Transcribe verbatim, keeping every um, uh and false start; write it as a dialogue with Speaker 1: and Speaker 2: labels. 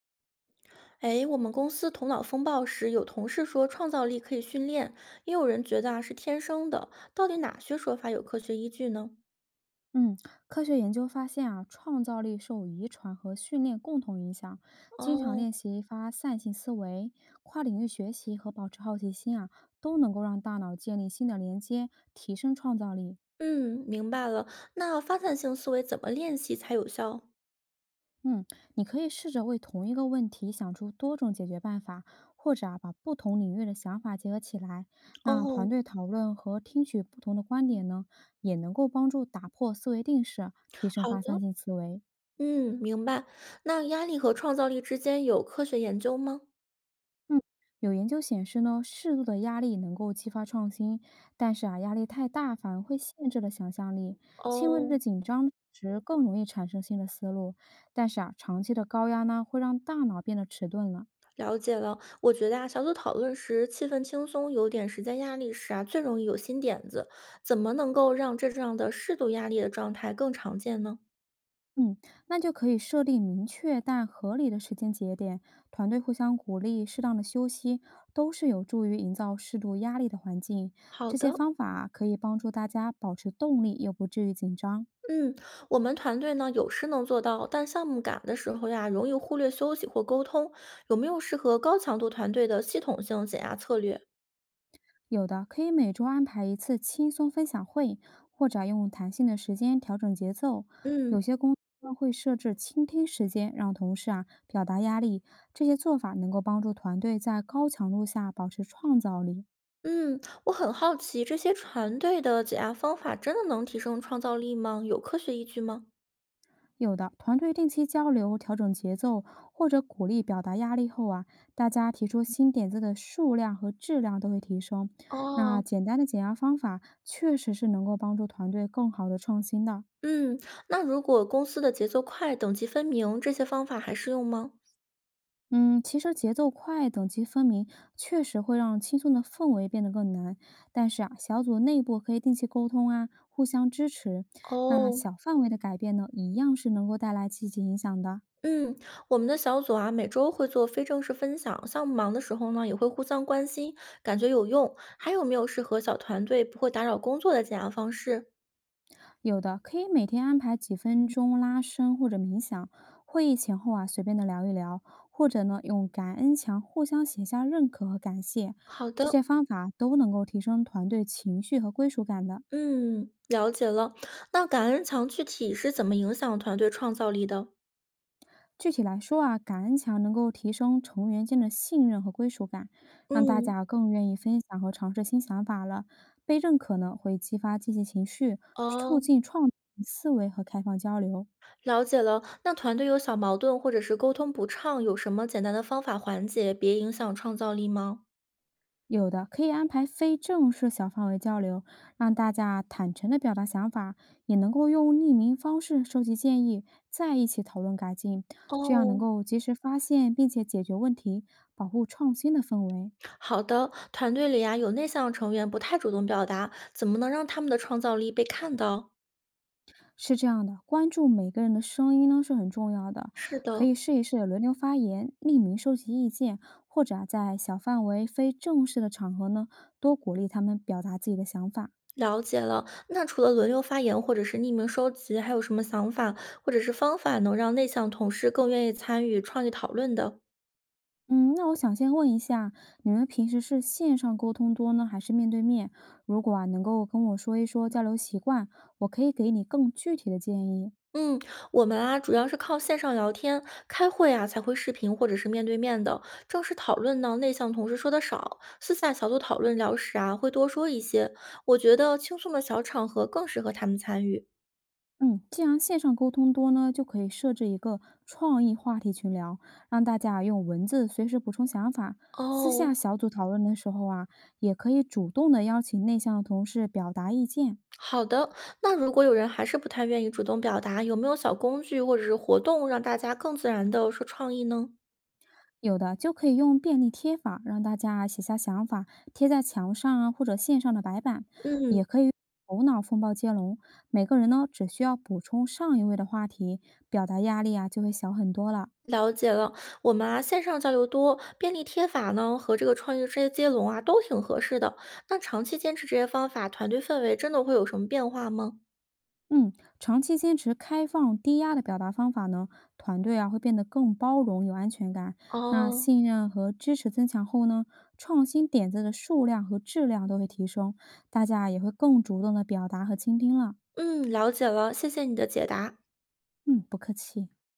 Speaker 1: 哎，我们公司头脑风暴时，有同事说创造力可以训练，也有人觉得啊是天生的。到底哪些说法有科学依据呢？
Speaker 2: 嗯，科学研究发现啊，创造力受遗传和训练共同影响。经常
Speaker 1: 哦。
Speaker 2: 练习发散性思维、跨领域学习和保持好奇心啊，都能够让大脑建立新的连接，提升创造力。
Speaker 1: 嗯，明白了。那发散性思维怎么练习才有效？
Speaker 2: 嗯，你可以试着为同一个问题想出多种解决办法，或者啊，把不同领域的想法结合起来。那团
Speaker 1: 哦。
Speaker 2: 队讨论和听取不同的观点呢，也能够帮助打破思维定式，提升
Speaker 1: 好
Speaker 2: 发散
Speaker 1: 的，
Speaker 2: 性思维。
Speaker 1: 嗯，明白。那压力和创造力之间有科学研究吗？
Speaker 2: 嗯，有研究显示呢，适度的压力能够激发创新，但是啊，压力太大反而会限制了想象力。轻微
Speaker 1: 哦。
Speaker 2: 的紧张时更容易产生新的思路，但是啊，长期的高压呢，会让大脑变得迟钝了。
Speaker 1: 了解了。我觉得啊，小组讨论时气氛轻松，有点时间压力时啊，最容易有新点子。怎么能够让这样的适度压力的状态更常见呢？
Speaker 2: 嗯，那就可以设定明确但合理的时间节点，团队互相鼓励，适当的休息，都是有助于营造适度压力的环境。
Speaker 1: 好
Speaker 2: 这些
Speaker 1: 的。
Speaker 2: 方法啊可以帮助大家保持动力，又不至于紧张。
Speaker 1: 嗯，我们团队呢有时能做到，但项目赶的时候呀，容易忽略休息或沟通。有没有适合高强度团队的系统性减压策略？
Speaker 2: 有的可以每周安排一次轻松分享会，或者用弹性的时间调整节奏。
Speaker 1: 嗯
Speaker 2: 有些公司呢会设置倾听时间，让同事啊表达压力。这些做法能够帮助团队在高强度下保持创造力。
Speaker 1: 嗯，我很好奇，这些团队的减压方法真的能提升创造力吗？有科学依据吗？
Speaker 2: 有的团队定期交流、调整节奏，或者鼓励表达压力后啊，大家提出新点子的数量和质量都会提升。那
Speaker 1: 哦。
Speaker 2: 简单的减压方法确实是能够帮助团队更好的创新的。
Speaker 1: 嗯，那如果公司的节奏快、等级分明，这些方法还适用吗？
Speaker 2: 嗯，其实节奏快、等级分明，确实会让轻松的氛围变得更难。但是啊，小组内部可以定期沟通啊，互相支持。那
Speaker 1: 哦。
Speaker 2: 小范围的改变呢，一样是能够带来积极影响的。
Speaker 1: 嗯，我们的小组啊，每周会做非正式分享，项目忙的时候呢，也会互相关心，感觉有用。还有没有适合小团队不会打扰工作的减压方式？
Speaker 2: 有的可以每天安排几分钟拉伸或者冥想，会议前后啊随便的聊一聊，或者呢用感恩墙互相写下认可和感谢，
Speaker 1: 好
Speaker 2: 这
Speaker 1: 的。
Speaker 2: 些方法都能够提升团队情绪和归属感的。
Speaker 1: 嗯，了解了。那感恩墙具体是怎么影响团队创造力的？
Speaker 2: 具体来说啊，感恩墙能够提升成员间的信任和归属感，让大
Speaker 1: 嗯。
Speaker 2: 家更愿意分享和尝试新想法了。被认可呢，会激发积极情绪，促
Speaker 1: 哦，
Speaker 2: 进创新思维和开放交流。
Speaker 1: 了解了。那团队有小矛盾或者是沟通不畅，有什么简单的方法缓解，别影响创造力吗？
Speaker 2: 有的可以安排非正式小范围交流，让大家坦诚地表达想法，也能够用匿名方式收集建议，再一起讨论改进，这样能
Speaker 1: 哦。
Speaker 2: 够及时发现并且解决问题，保护创新的氛围。
Speaker 1: 好的，团队里啊有内向成员不太主动表达，怎么能让他们的创造力被看到？
Speaker 2: 是这样的，关注每个人的声音呢是很重要的，
Speaker 1: 是
Speaker 2: 可
Speaker 1: 的。
Speaker 2: 以试一试轮流发言、匿名收集意见，或者啊在小范围、非正式的场合呢，多鼓励他们表达自己的想法。
Speaker 1: 了解了。那除了轮流发言或者是匿名收集，还有什么想法或者是方法能让内向同事更愿意参与创意讨论的？
Speaker 2: 嗯，那我想先问一下，你们平时是线上沟通多呢，还是面对面？如果啊能够跟我说一说交流习惯，我可以给你更具体的建议。
Speaker 1: 嗯，我们啊主要是靠线上聊天、开会啊才会视频或者是面对面的。正式讨论呢，内向同事说的少，私下小组讨论聊时啊会多说一些。我觉得轻松的小场合更适合他们参与。
Speaker 2: 嗯，既然线上沟通多呢，就可以设置一个创意话题群聊，让大家用文字随时补充想法。私
Speaker 1: 哦、
Speaker 2: 下小组讨论的时候啊，也可以主动的邀请内向的同事表达意见。
Speaker 1: 好的，那如果有人还是不太愿意主动表达，有没有小工具或者是活动让大家更自然的说创意呢？
Speaker 2: 有的就可以用便利贴法，让大家写下想法，贴在墙上啊或者线上的白板，也
Speaker 1: 嗯，
Speaker 2: 可以头脑风暴接龙。每个人呢只需要补充上一位的话题，表达压力啊就会小很多了。
Speaker 1: 了解了。我们啊，线上交流多，便利贴法呢和这个创意这些接龙啊都挺合适的。那长期坚持这些方法，团队氛围真的会有什么变化吗？
Speaker 2: 嗯，长期坚持开放、低压的表达方法呢，团队啊会变得更包容、有安全感。那
Speaker 1: 哦。
Speaker 2: 信任和支持增强后呢，创新点子的数量和质量都会提升，大家啊也会更主动的表达和倾听了。
Speaker 1: 嗯，了解了，谢谢你的解答。
Speaker 2: 嗯，不客气。